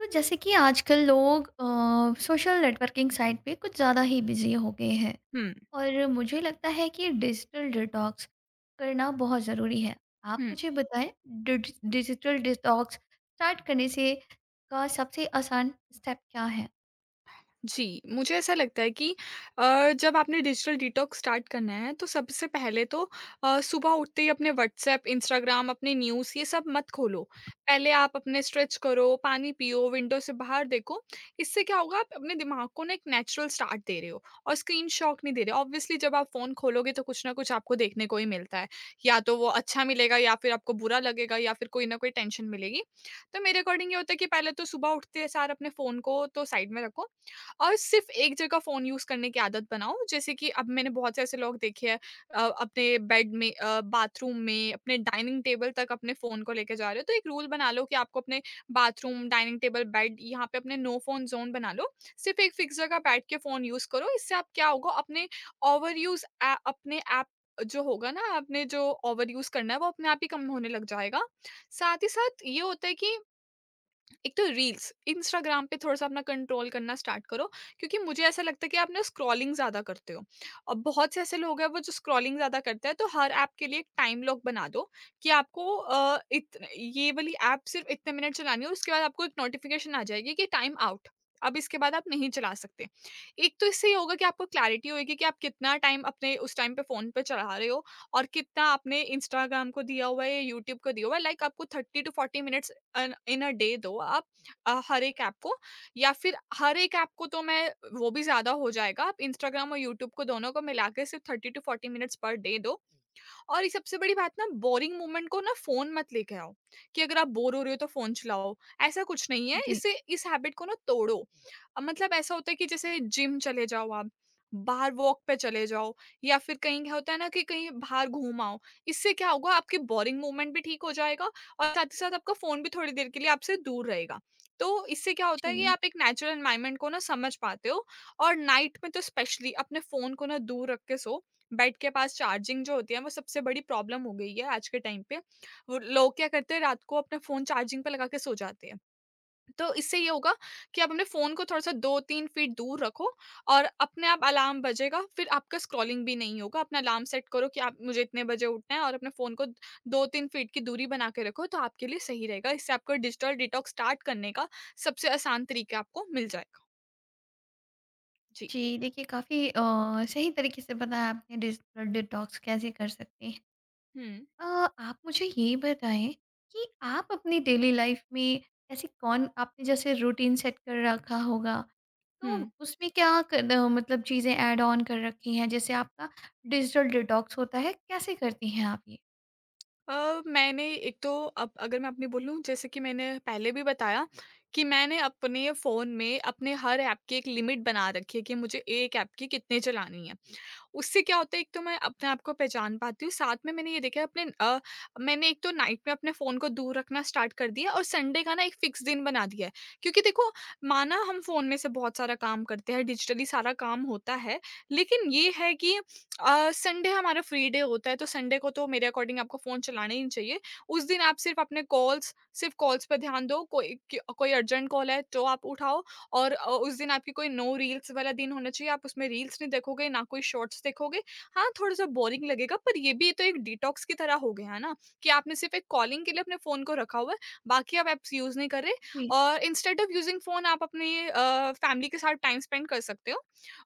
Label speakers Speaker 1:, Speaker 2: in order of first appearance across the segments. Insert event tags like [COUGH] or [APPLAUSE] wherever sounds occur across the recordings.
Speaker 1: तो जैसे कि आजकल लोग सोशल नेटवर्किंग साइट पे कुछ ज़्यादा ही बिजी हो गए हैं।
Speaker 2: 嗯
Speaker 1: और मुझे लगता है कि डिजिटल डिटॉक्स करना बहुत ज़रूरी है। आप
Speaker 2: 嗯
Speaker 1: मुझे बताएं, डिजिटल डिटॉक्स स्टार्ट करने से का सबसे आसान स्टेप क्या है?
Speaker 2: जी, मुझे ऐसा लगता है कि जब आपने डिजिटल डिटॉक्स स्टार्ट करना है तो सबसे पहले तो सुबह उठते ही अपने व्हाट्सएप, इंस्टाग्राम, अपने न्यूज़ ये सब मत खोलो। पहले आप अपने स्ट्रेच करो, पानी पियो, विंडो से बाहर देखो। इससे क्या होगा, आप अपने दिमाग को ना एक नेचुरल स्टार्ट दे रहे हो और स्क्रीन शॉक नहीं दे रहे हो। ऑब्वियसली जब आप फ़ोन खोलोगे तो कुछ ना कुछ आपको देखने को ही मिलता है। या तो वो अच्छा मिलेगा या फिर आपको बुरा लगेगा या फिर कोई ना कोई टेंशन मिलेगी। तो मेरे अकॉर्डिंग ये होता है कि पहले तो सुबह उठते सार अपने फ़ोन को तो साइड में रखो। और सिर्फ़ एक जगह फ़ोन यूज़ करने की आदत बनाओ, जैसे कि अब मैंने बहुत से ऐसे लोग देखे हैं अपने बेड में, बाथरूम में, अपने डाइनिंग टेबल तक अपने फ़ोन को लेके जा रहे हो, तो एक रूल बना लो कि आपको अपने बाथरूम, डाइनिंग टेबल, बेड यहाँ पे अपने नो फ़ोन ज़ोन बना लो। सिर्फ़ एक फ़िक्स जगह बैठ के फ़ोन यूज़ करो, इससे आप क्या होगा, अपने ओवर यूज़ ए अपने ऐप जो होगा ना, आपने जो ओवर यूज़ करना है, वो अपने आप ही कम होने लग जाएगा। साथ ही साथ ये होता है कि एक तो रील्स इंस्टाग्राम पे थोड़ा सा अपना कंट्रोल करना स्टार्ट करो, क्योंकि मुझे ऐसा लगता है कि आप ना स्क्रॉलिंग ज़्यादा करते हो और बहुत से ऐसे लोग हैं वो जो स्क्रॉलिंग ज़्यादा करते हैं, तो हर ऐप के लिए एक टाइम लॉक बना दो कि आपको ये वाली ऐप सिर्फ इतने मिनट चलानी है, उसके बाद आपको एक नोटिफिकेशन आ जाएगी कि टाइम आउट, अब इसके बाद आप नहीं चला सकते। एक तो इससे ये होगा कि आपको क्लैरिटी होगी कि आप कितना टाइम अपने उस टाइम पे फ़ोन पे चला रहे हो और कितना आपने इंस्टाग्राम को दिया हुआ है या यूट्यूब को दिया हुआ है। लाइक आपको 30 टू 40 मिनट्स अन इन अ डे दो आप हर एक ऐप को, या फिर हर एक ऐप को तो मैं वो भी ज़्यादा हो जाएगा, आप इंस्टाग्राम और यूट्यूब को दोनों को मिला के सिर्फ़ 30 टू 40 मिनट्स पर डे दो। और एक सबसे बड़ी बात ना, बोरिंग मोमेंट को ना फ़ोन मत लेके आओ, कि अगर आप बोर हो रहे हो तो फ़ोन चलाओ, ऐसा कुछ नहीं है।
Speaker 1: जी।
Speaker 2: इससे इस हैबिट को ना तोड़ो। मतलब ऐसा होता है कि जैसे जिम चले जाओ आप, बाहर वॉक पे चले जाओ या फिर कहीं, क्या होता है ना कि कहीं बाहर घूम आओ। इससे क्या होगा, आपकी बोरिंग मोमेंट भी ठीक हो जाएगा और साथ ही साथ आपका फ़ोन भी थोड़ी देर के लिए आपसे दूर रहेगा। तो इससे क्या होता है कि
Speaker 1: जी।
Speaker 2: आप एक नेचुरल एनवायरनमेंट को ना समझ पाते हो। और नाइट में तो स्पेशली अपने फ़ोन को ना दूर रख के सो, बेड के पास चार्जिंग जो होती है वो सबसे बड़ी प्रॉब्लम हो गई है आज के टाइम पे। वो लोग क्या करते हैं, रात को अपना फ़ोन चार्जिंग पे लगा के सो जाते हैं। तो इससे ये होगा कि आप अपने फ़ोन को थोड़ा-सा 2-3 फीट दूर रखो और अपने आप अलार्म बजेगा, फिर आपका स्क्रॉलिंग भी नहीं होगा। अपना अलार्म सेट करो कि आप मुझे इतने बजे उठना है, और अपने फ़ोन को 2-3 फीट की दूरी बना के रखो तो आपके लिए सही रहेगा। इससे आपको डिजिटल डिटॉक्स स्टार्ट करने का सबसे आसान तरीका आपको मिल जाएगा। जी।
Speaker 1: जी, देखिए काफ़ी सही तरीके से बताया आपने डिजिटल डिटॉक्स कैसे कर सकते हैं।
Speaker 2: हुँ,
Speaker 1: अ, आप मुझे ये बताएँ कि आप अपनी डेली लाइफ में ऐसी कौन आपने जैसे रूटीन सेट कर रखा होगा, तो
Speaker 2: हुँ।
Speaker 1: उसमें मतलब चीज़ें ऐड ऑन कर रखी हैं? जैसे आपका डिजिटल डिटॉक्स होता है, कैसे करती हैं आप ये?
Speaker 2: मैंने एक तो, अब अगर मैं अपनी बोलूँ, जैसे कि मैंने पहले भी बताया कि मैंने अपने फ़ोन में अपने हर ऐप की एक लिमिट बना रखी है कि मुझे एक ऐप की कितने चलानी है। उससे क्या होता है, एक तो मैं अपने आप को पहचान पाती हूँ, साथ में मैंने ये देखा है अपने, मैंने एक तो नाइट में अपने फ़ोन को दूर रखना स्टार्ट कर दिया और संडे का ना एक फ़िक्स दिन बना दिया है। क्योंकि देखो, माना हम फ़ोन में से बहुत सारा काम करते हैं, डिजिटली सारा काम होता है, लेकिन ये है कि संडे हमारा फ्री डे होता है, तो संडे को तो मेरे अकॉर्डिंग आपको फ़ोन चलाना ही नहीं चाहिए। उस दिन आप सिर्फ़ अपने कॉल्स, सिर्फ़ कॉल्स पे ध्यान दो, कोई अर्जेंट कॉल है, तो आप उठाओ, और उस दिन आपकी कोई नो रील्स वाला दिन होना चाहिए, आप उसमें रील्स नहीं देखोगे, ना कोई शॉर्ट्स देखोगे। हाँ, थोड़ा-सा बोरिंग लगेगा, पर ये भी तो एक डिटॉक्स की तरह हो गया, है ना? कि आपने सिर्फ़ एक कॉलिंग के लिए अपने फ़ोन को रखा हुआ है, बाकी आप ऐप्स यूज़ नहीं कर रहे,
Speaker 1: जी।
Speaker 2: और इंस्टेड ऑफ़ यूज़िंग फ़ोन आप अपनी फैमिली के साथ टाइम स्पेंड कर सकते हो,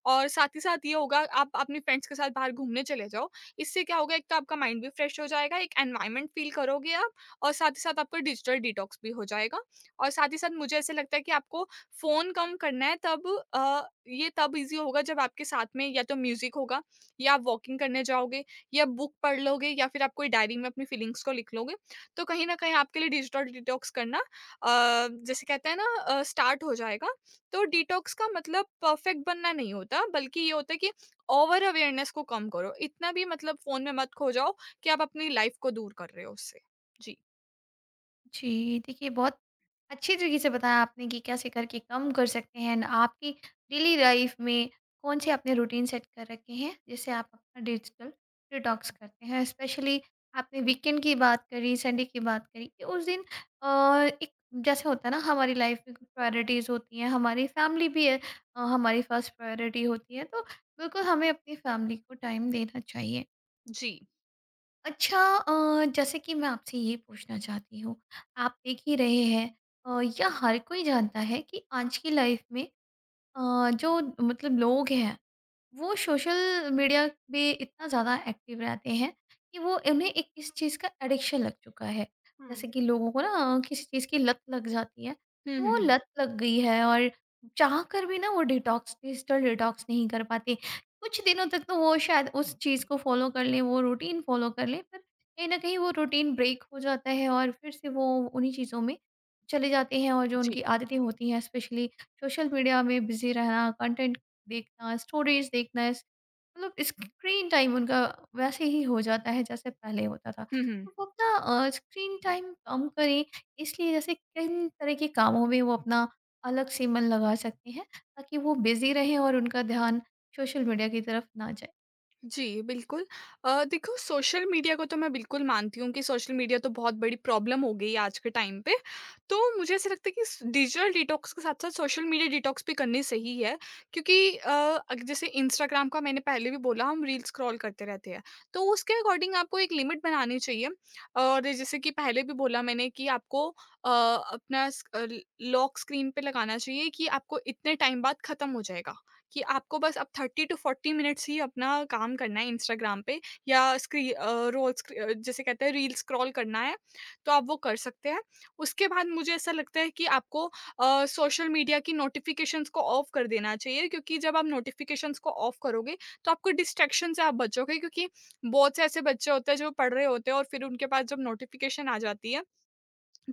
Speaker 2: और साथ ही साथ ये होगा, आप अपने फ्रेंड्स के साथ बाहर घूमने चले जाओ। इससे क्या होगा, एक तो आपका माइंड भी फ्रेश हो जाएगा, एक एनवायरनमेंट फ़ील करोगे आप, और साथ ही साथ आपका डिजिटल डिटॉक्स भी हो जाएगा। और साथ ही साथ मुझे ऐसा लगता है कि आपको फ़ोन कम करना है तब, अ, ये तब ईज़ी होगा जब आपके साथ में या तो म्यूज़िक होगा या आप वॉकिंग करने जाओगे या बुक पढ़ लोगे या फिर आप कोई डायरी में अपनी फीलिंग्स को लिख लोगे। तो कहीं न कहीं आपके लिए डिजिटल डिटॉक्स करना जैसे कहते हैं ना स्टार्ट हो जाएगा। तो डिटॉक्स का मतलब परफ़ेक्ट बनना नहीं होता, बल्कि ये होता है कि ओवर अवेयरनेस को कम करो। इतना भी मतलब फ़ोन में मत खो जाओ कि आप अपनी लाइफ़ को दूर कर रहे हो उससे। जी।
Speaker 1: जी, देखिए बहुत अच्छी तरीके से बताया आपने कि कैसे करके कम कर सकते हैं, एंड आपकी डेली लाइफ में कौन से आपने रूटीन सेट कर रखे हैं, जिससे आप अपना डिजिटल डिटॉक्स करते हैं। स्पेशली आपने वीकेंड की बात करी, संडे की बात करी कि उस दिन अ, एक जैसे होता है ना, हमारी लाइफ में कुछ प्रायोरिटीज़ होती हैं, हमारी फैमिली भी है, हमारी फर्स्ट प्रायोरिटी होती है, तो बिल्कुल हमें अपनी फैमिली को टाइम देना चाहिए।
Speaker 2: जी।
Speaker 1: अच्छा, जैसे कि मैं आपसे ये पूछना चाहती हूँ, आप देख ही रहे हैं, या हर कोई जानता है कि आज की लाइफ में जो मतलब लोग हैं, वो सोशल मीडिया पे इतना ज़्यादा एक्टिव रहते हैं कि वो उन्हें एक इस चीज़ का एडिक्शन लग चुका है।
Speaker 2: हुँ।
Speaker 1: जैसे कि लोगों को ना किसी चीज़ की लत लग जाती है,
Speaker 2: हुँ, हुँ,
Speaker 1: वो
Speaker 2: हुँ।
Speaker 1: लत लग गई है और चाह कर भी ना वो डिटॉक्स डिजिटल डिटॉक्स नहीं कर पाते। कुछ दिनों तक तो वो शायद उस चीज़ को फ़ॉलो कर लें, वो रूटीन फ़ॉलो कर लें, पर कहीं न कहीं वो रूटीन ब्रेक हो जाता है और फिर से वो उन्हीं चीज़ों में चले जाते हैं, और जो
Speaker 2: जी।
Speaker 1: उनकी आदतें होती हैं, स्पेशली सोशल मीडिया में बिज़ी रहना, कंटेंट देखना, स्टोरेज देखना, इस मतलब स्क्रीन टाइम उनका वैसे ही हो जाता है जैसे पहले होता था।
Speaker 2: हुँ, हुँ।
Speaker 1: तो वो अपना स्क्रीन टाइम कम करें, इसलिए जैसे किन तरह के कामों में वो अपना अलग से मन लगा सकते हैं ताकि वो बिज़ी रहें और उनका ध्यान सोशल मीडिया की तरफ ना जाए?
Speaker 2: जी, बिल्कुल। देखो, सोशल मीडिया को तो मैं बिल्कुल मानती हूँ कि सोशल मीडिया तो बहुत बड़ी प्रॉब्लम हो गई है आज के टाइम पे। तो मुझे ऐसा लगता है कि स डिजिटल डिटॉक्स के साथ-साथ सोशल मीडिया डिटॉक्स भी करनी सही है, क्योंकि अ, अग जैसे इंस्टाग्राम का मैंने पहले भी बोला, हम रील स्क्रॉल करते रहते हैं। तो उसके अकॉर्डिंग आपको एक लिमिट बनानी चाहिए, और जैसे कि पहले भी बोला मैंने कि आपको अपना लॉक स्क्रीन पे लगाना चाहिए कि आपको इतने टाइम बाद खत्म हो जाएगा। कि आपको बस अब 30 टू 40 मिनट्स ही अपना काम करना है इंस्टाग्राम पे, या रोल जिसे कहते हैं रील स्क्रॉल करना है, तो आप वो कर सकते हैं। उसके बाद मुझे ऐसा लगता है कि आपको सोशल मीडिया की नोटिफ़िकेशंस को ऑफ कर देना चाहिए, क्योंकि जब आप नोटिफ़िकेशंस को ऑफ करोगे, तो आपको डिस्ट्रैक्शन से आप बचोगे, क्योंकि बहुत से ऐसे बच्चे होते हैं जो पढ़ रहे होते हैं, और फिर उनके पास जब नोटिफ़िकेशन आ जाती है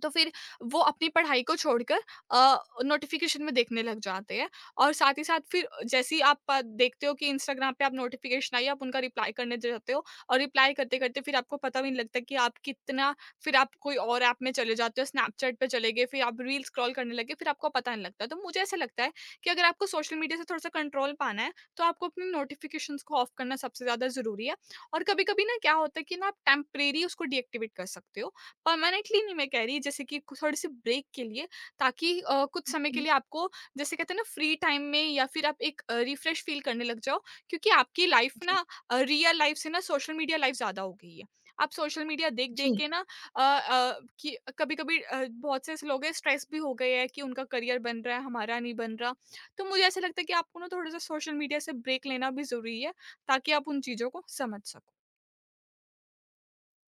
Speaker 2: तो फिर वो अपनी पढ़ाई को छोड़कर अ, नोटिफ़िकेशन में देखने लग जाते हैं। और साथ ही साथ फिर जैसे ही आप देखते हो कि इंस्टाग्राम पे आप नोटिफ़िकेशन आई, आप उनका रिप्लाई करने जाते हो, और रिप्लाई करते-करते फिर आपको पता भी नहीं लगता कि आप कितना, फिर आप कोई और ऐप में चले जाते हो, स्नैपचैट पे चले गए, फिर आप रील स्क्रॉल करने लगे, फिर आपको पता नहीं लगता। तो मुझे ऐसा लगता है कि अगर आपको सोशल मीडिया से थोड़ा-सा कंट्रोल पाना है, तो आपको अपनी नोटिफ़िकेशंस को ऑफ करना सबसे ज़्यादा ज़रूरी है। और कभी-कभी ना क्या होता है कि ना, आप टेम्परेरी उसको डीएक्टिवेट कर सकते हो। परमानेंटली नहीं मैं कह रही, जैसे कि कु थोड़ी-सी ब्रेक के लिए, ताकि कुछ समय के
Speaker 1: जी,
Speaker 2: लिए आपको, जैसे कहते हैं ना, फ्री टाइम में, या फिर आप एक रिफ्रेश फ़ील करने लग जाओ, क्योंकि आपकी लाइफ़ ना
Speaker 1: जी।
Speaker 2: रियल लाइफ़ से ना सोशल मीडिया लाइफ़ ज़्यादा हो गई है। आप सोशल मीडिया देख-देख
Speaker 1: जी।
Speaker 2: के ना कि कभी-कभी बहुत से ऐसे लोग हैं स्ट्रेस भी हो गए हैं कि उनका करियर बन रहा है, हमारा नहीं बन रहा। तो मुझे ऐसा लगता है कि आपको ना थोड़ा-सा सोशल मीडिया से ब्रेक लेना भी ज़रूरी है, ताकि आप उन चीज़ों को समझ सको।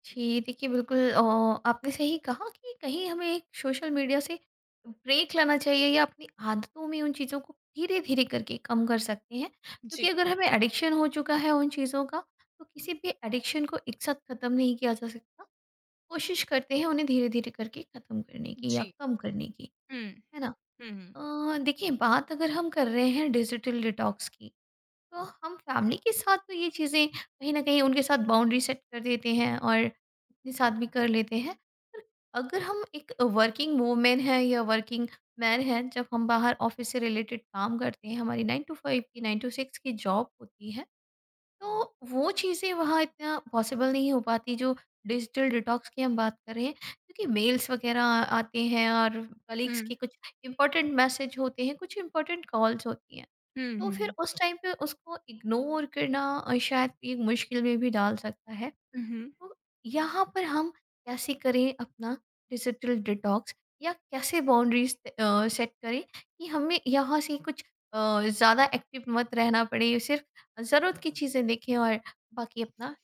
Speaker 1: जी, देखिए बिल्कुल, आपने सही कहा कि कहीं हमें एक सोशल मीडिया से ब्रेक लेना चाहिए या अपनी आदतों में उन चीज़ों को धीरे-धीरे करके कम कर सकते हैं। क्योंकि
Speaker 2: जी,
Speaker 1: अगर हमें एडिक्शन हो चुका है उन चीज़ों का, तो किसी भी एडिक्शन को एक साथ ख़त्म नहीं किया जा सकता। कोशिश करते हैं उन्हें धीरे-धीरे करके ख़त्म करने की या
Speaker 2: जी।
Speaker 1: कम करने की,
Speaker 2: हुँ।
Speaker 1: है ना?
Speaker 2: हुँ, हुँ।
Speaker 1: देखिए, बात अगर हम कर रहे हैं डिजिटल डिटॉक्स की, तो हम फैमिली के साथ तो ये चीज़ें कहीं न कहीं उनके साथ बाउंड्री सेट कर देते हैं और अपने साथ भी कर लेते हैं। पर अगर हम एक वर्किंग वूमेन हैं या वर्किंग मैन हैं, जब हम बाहर ऑफ़िस से रिलेटेड काम करते हैं, हमारी 9 टू 5 की 9 टू 6 की जॉब होती है, तो वो चीज़ें वहाँ इतना पॉसिबल नहीं हो पाती जो डिजिटल डिटॉक्स की हम बात कर रहे हैं। क्योंकि मेल्स वग़ैरह आते हैं, और कलीग्स
Speaker 2: हुँ,
Speaker 1: के कुछ इम्पोर्टेंट मैसेज होते हैं, कुछ इम्पोर्टेंट कॉल्स होती हैं।
Speaker 2: हुँ, हुँ,
Speaker 1: तो फिर
Speaker 2: हुँ।
Speaker 1: उस टाइम पे उसको इग्नोर करना शायद एक मुश्किल में भी डाल सकता है।
Speaker 2: हम्म,
Speaker 1: तो यहाँ पर हम कैसे करें अपना डिजिटल डिटॉक्स, या कैसे बाउंड्रीज सेट करें कि हमें यहाँ से कुछ ज़्यादा एक्टिव मत रहना पड़े, सिर्फ ज़रूरत की चीज़ें देखें और बाकी अपना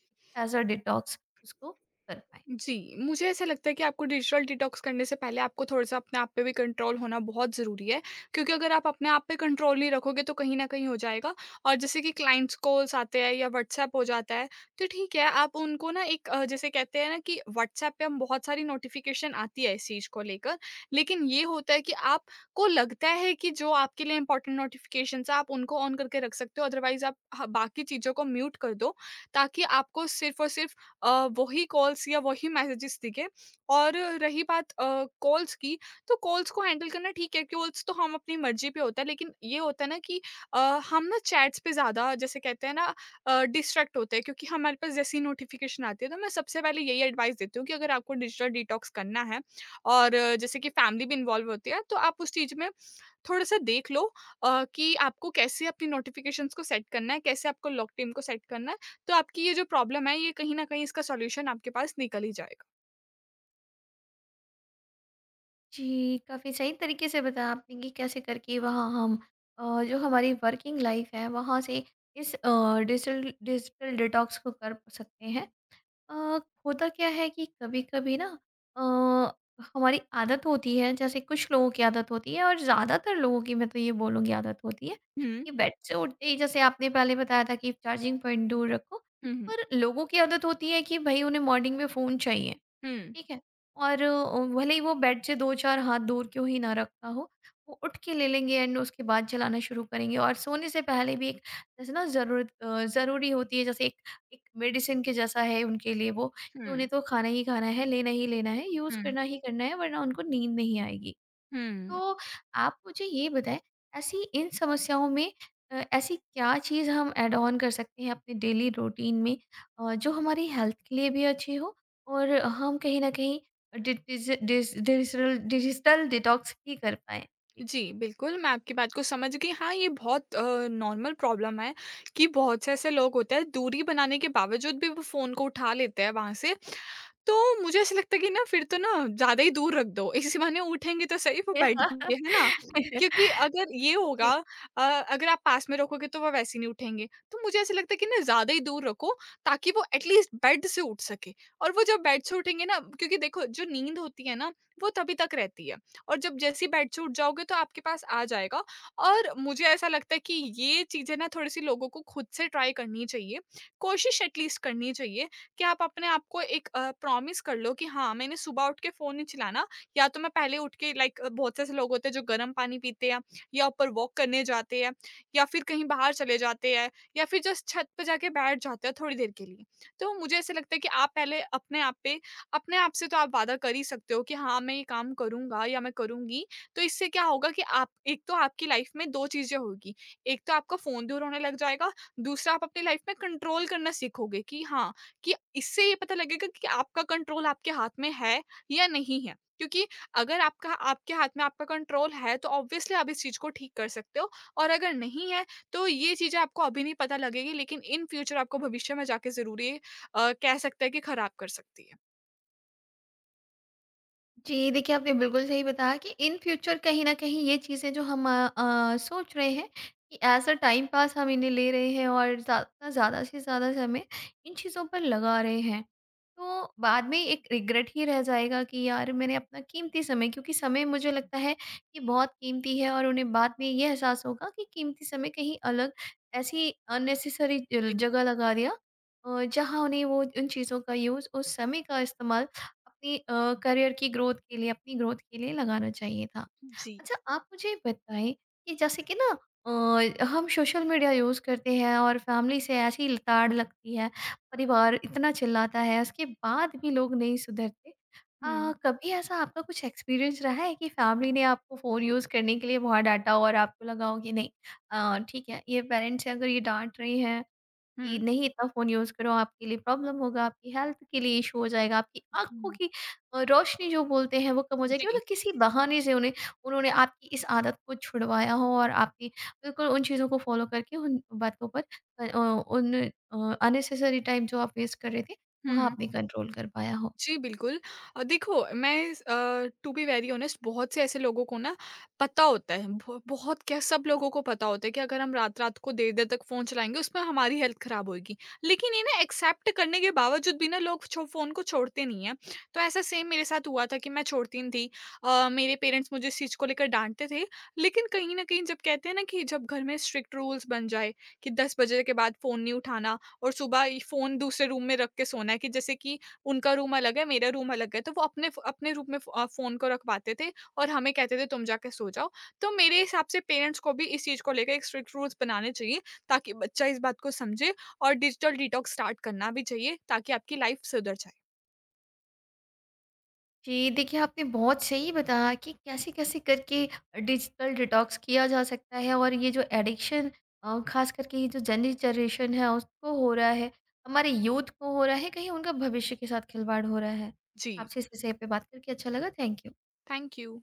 Speaker 1: एज अ डिटॉक्स उसको कर पाए?
Speaker 2: जी, मुझे ऐसा लगता है कि आपको डिजिटल डिटॉक्स करने से पहले आपको थोड़ा-सा अपने आप पे भी कंट्रोल होना बहुत ज़रूरी है, क्योंकि अगर आप अपने आप पे कंट्रोल नहीं रखोगे तो कहीं न कहीं हो जाएगा। और जैसे कि क्लाइंट्स कॉल्स आते हैं या व्हाट्सएप हो जाता है, तो ठीक है, आप उनको ना एक, जैसे कहते हैं ना, कि व्हाट्सएप पे हम बहुत सारी नोटिफ़िकेशन आती है इस चीज़ को लेकर, लेकिन ये होता है कि आपको लगता है कि जो आपके लिए इम्पोर्टेंट नोटिफ़िकेशंस हैं आप उनको ऑन करके रख सकते हो, अदरवाइज़ आप ह बाकी चीज़ों को म्यूट कर दो, ताकि आपको सिर्फ़ और सिर्फ़ वही कॉल्स या वही मैसेजेस दिखे। और रही बात कॉल्स की, तो कॉल्स को हैंडल करना ठीक है, कॉल्स तो हम अपनी मर्ज़ी पे होता है, लेकिन ये होता है ना कि अ, हम ना चैट्स पे ज़्यादा जैसे कहते हैं ना डिस्ट्रैक्ट होते हैं क्योंकि हमारे पास जैसे ही नोटिफ़िकेशन आती है, तो मैं सबसे पहले यही एडवाइस देती हूँ कि अगर आपको डिजिटल डिटॉक्स करना है और जैसे कि फैमिली भी इन्वॉल्व होती है, तो आप उस चीज़ में थोड़ा-सा देख लो कि आपको कैसे अपनी नोटिफ़िकेशंस को सेट करना है, कैसे आपको लॉक टाइम को सेट करना है। तो आपकी ये जो प्रॉब्लम है, ये कहीं न कहीं इसका सॉल्यूशन आपके पास निकल ही जाएगा।
Speaker 1: जी, काफ़ी सही तरीके से बताया आपने कि कैसे करके वहाँ हम जो हमारी वर्किंग लाइफ है वहाँ से इस डिजिटल डिजिटल डिटॉक्स को कर सकते हैं। अ, होता क्या है कि कभी-कभी ना, अ, हमारी आदत होती है, जैसे कुछ लोगों की आदत होती है, और ज़्यादातर लोगों की मैं तो ये बोलूँगी आदत होती है
Speaker 2: हुँ।
Speaker 1: कि बेड से उठते ही, जैसे आपने पहले बताया था कि चार्जिंग पॉइंट दूर रखो,
Speaker 2: हुँ, हुँ।
Speaker 1: पर लोगों की आदत होती है कि भई उन्हें मॉर्निंग में फ़ोन चाहिए।
Speaker 2: हुँ,
Speaker 1: ठीक है? और भले ही वो बेड से 2-4 हाथ दूर क्यों ही ना रखा हो, वो उठ के ले लेंगे एंड उसके बाद चलाना शुरू करेंगे, और सोने से पहले भी एक जैसे ना ज़रूरत, ज़रूरी होती है, जैसे एक एक मेडिसिन के जैसा है उनके लिए वो,
Speaker 2: हुँ,
Speaker 1: कि उन्हें तो खाना ही खाना है, लेना ही लेना है, यूज़
Speaker 2: हुँ,
Speaker 1: करना ही करना है, वरना उनको नींद नहीं आएगी।
Speaker 2: हुँ।
Speaker 1: तो आप मुझे ये बताएँ, ऐसी इन समस्याओं में ऐसी क्या चीज़ हम ऐड ऑन कर सकते हैं अपने डेली रूटीन में, जो हमारी हेल्थ के लिए भी अच्छी हो, और हम कहीं न कहीं डि डिज डिज डिजिटल डिजिटल डिटॉक्स भी कर पाएँ?
Speaker 2: जी, बिल्कुल, मैं आपकी बात को समझ गई। हाँ, ये बहुत नॉर्मल प्रॉब्लम है कि बहुत से ऐसे लोग होते हैं, दूरी बनाने के बावजूद भी वो फ़ोन को उठा लेते हैं वहाँ से। तो मुझे ऐसा लगता है कि ना फिर तो ना ज़्यादा ही दूर रख दो, [LAUGHS] इसी बहाने उठेंगे तो सही वो बैठ
Speaker 1: [LAUGHS]
Speaker 2: के, है ना?
Speaker 1: जी।
Speaker 2: क्योंकि अगर ये होगा,
Speaker 1: जी।
Speaker 2: अगर आप पास में रखोगे तो वो वैसे ही नहीं उठेंगे। तो मुझे ऐसा लगता है कि ना ज़्यादा ही दूर रखो ताकि वो एटलीस्ट बेड से उठ सके। और वो जब बेड से उठेंगे ना, क्योंकि देखो जो नींद होती है ना, वो तभी तक रहती है। और जब जैसे ही बेड से उठ जाओगे तो आपके पास आ जाएगा। और मुझे ऐसा लगता है कि ये चीज़ें ना थोड़ी-सी लोगों को खुद से ट्राई करनी चाहिए। कोशिश एटलीस्ट करनी चाहिए कि आप अपने आप को एक प्रॉमिस कर लो कि हाँ, मैंने सुबह उठ के फ़ोन नहीं चलाना। या तो मैं पहले उठ के लाइक बहुत से ऐसे लोग होते हैं जो गर्म पानी पीते हैं, या ऊपर वॉक करने जाते हैं, या फिर कहीं बाहर चले जाते हैं, या फिर जस्ट छत पे जाके बैठ जाते हैं थोड़ी देर के लिए। तो मुझे ऐसा लगता है कि आप पहले अपने आप पे, अपने आप से तो आप वादा कर ही सकते हो कि हाँ, मैं ये काम करूँगा या मैं करूँगी। तो इससे क्या होगा कि आप एक तो आपकी लाइफ़ में 2 चीज़ें होगी, एक तो आपका फ़ोन दूर होने लग जाएगा, दूसरा आप अपनी लाइफ़ में कंट्रोल करना सीखोगे कि हाँ, कि इससे ये पता लगेगा कि आपका कंट्रोल आपके हाथ में है या नहीं है। क्योंकि अगर आपका आपके हाथ में आपका कंट्रोल है, तो ऑब्वियसली आप इस चीज़ को ठीक कर सकते हो, और अगर नहीं है, तो ये चीज़ें आपको अभी नहीं पता लगेगी, लेकिन इन फ्यूचर आपको भविष्य में जाके ज़रूर ये कह सकता है कि खराब कर सकती है।
Speaker 1: जी, देखिए आपने बिल्कुल सही बताया कि इन फ्यूचर कहीं न कहीं ये चीज़ें जो हम सोच रहे हैं कि एज़ अ टाइम पास हम इन्हें ले रहे हैं, और ज़्यादा ज़्यादा से ज़्यादा समय इन चीज़ों पर लगा रहे हैं। तो बाद में एक रिग्रेट ही रह जाएगा कि यार, मैंने अपना कीमती समय, क्योंकि समय मुझे लगता है कि बहुत कीमती है, और उन्हें बाद में ये एहसास होगा कि कीमती समय कहीं अलग ऐसी अननेसेसरी ज
Speaker 2: जी।
Speaker 1: जगह लगा दिया, जहाँ उन्हें वो उन चीज़ों का यूज़, उस समय का इस्तेमाल अपनी करियर की ग्रोथ के लिए, अपनी ग्रोथ के लिए लगाना चाहिए था।
Speaker 2: जी।
Speaker 1: अच्छा, आप मुझे बताएँ कि जैसे कि ना, हम सोशल मीडिया यूज़ करते हैं और फैमिली से ऐसी ल ताड़ लगती है, परिवार इतना चिल्लाता है, उसके बाद भी लोग नहीं सुधरते।
Speaker 2: हम्म।
Speaker 1: कभी ऐसा आपका कुछ एक्सपीरियंस रहा है कि फैमिली ने आपको फ़ोन यूज़ करने के लिए बहुत डाँटा, और आपको लगा हो कि नहीं, ठीक है, ये पेरेंट्स अगर ये डाँट रही हैं कि
Speaker 2: हम्म।
Speaker 1: नहीं इतना फ़ोन यूज़ करो, आपके लिए प्रॉब्लम होगा, आपकी हेल्थ के लिए इश्यू हो जाएगा, आपकी आँखों
Speaker 2: हम्म।
Speaker 1: की रोशनी जो बोलते हैं वो कम हो जाएगी।
Speaker 2: जी।
Speaker 1: मतलब किसी बहाने से उन्हें उन्होंने आपकी इस आदत को छुड़वाया हो, और आपने बिल्कुल उन चीज़ों को फ़ॉलो करके उन बातों पर, अननेसेसरी टाइम जो आप वेस्ट कर रहे थे, वहाँ
Speaker 2: हम्म।
Speaker 1: आपने कंट्रोल कर पाया हो?
Speaker 2: जी, बिल्कुल। देखो मैं, टू बी वेरी ऑनेस्ट, बहुत से ऐसे लोगों को ना पता होता है, ब बहुत क्या सब लोगों को पता होता है कि अगर हम रात-रात को देर-देर तक फ़ोन चलाएँगे उसमें हमारी हेल्थ ख़राब होएगी। लेकिन ये ना एक्सेप्ट करने के बावजूद भी ना लोग छो फ़ोन को छोड़ते नहीं हैं। तो ऐसा सेम मेरे साथ हुआ था कि मैं छोड़ती नहीं थी। मेरे पेरेंट्स मुझे इस चीज़ को लेकर डाँटते थे, लेकिन कहीं न कहीं जब कहते हैं ना कि जब घर में स्ट्रिक्ट रूल्स बन जाए कि 10 बजे के बाद फ़ोन नहीं उठाना और सुबह इ फ़ोन दूसरे रूम में रख के सोना है। कि जैसे कि उनका रूम अलग है, मेरा रूम अलग है, तो वो अपने फ़ अपने रूम में फ़ोन को रखवाते थे और हमें कहते थे तुम जाके सो जाओ। तो मेरे हिसाब से पेरेंट्स को भी इस चीज़ को लेकर एक स्ट्रिक्ट रूल्स बनाने चाहिए ताकि बच्चा इस बात को समझे और डिजिटल डिटॉक्स स्टार्ट करना भी चाहिए ताकि आपकी लाइफ़ सुधर जाए।
Speaker 1: जी, देखिए आपने बहुत सही बताया कि कैसे-कैसे करके डिजिटल डिटॉक्स किया जा सकता है, और ये जो एडिक्शन ख़ास करके ये जो यंग जनरेशन है उसको हो रहा है, हमारे यूथ को हो रहा है, कहीं उनका भविष्य के साथ खिलवाड़ हो रहा है।
Speaker 2: जी,
Speaker 1: आपसे इस विषय पे बात करके अच्छा लगा, थैंक यू।
Speaker 2: Thank you.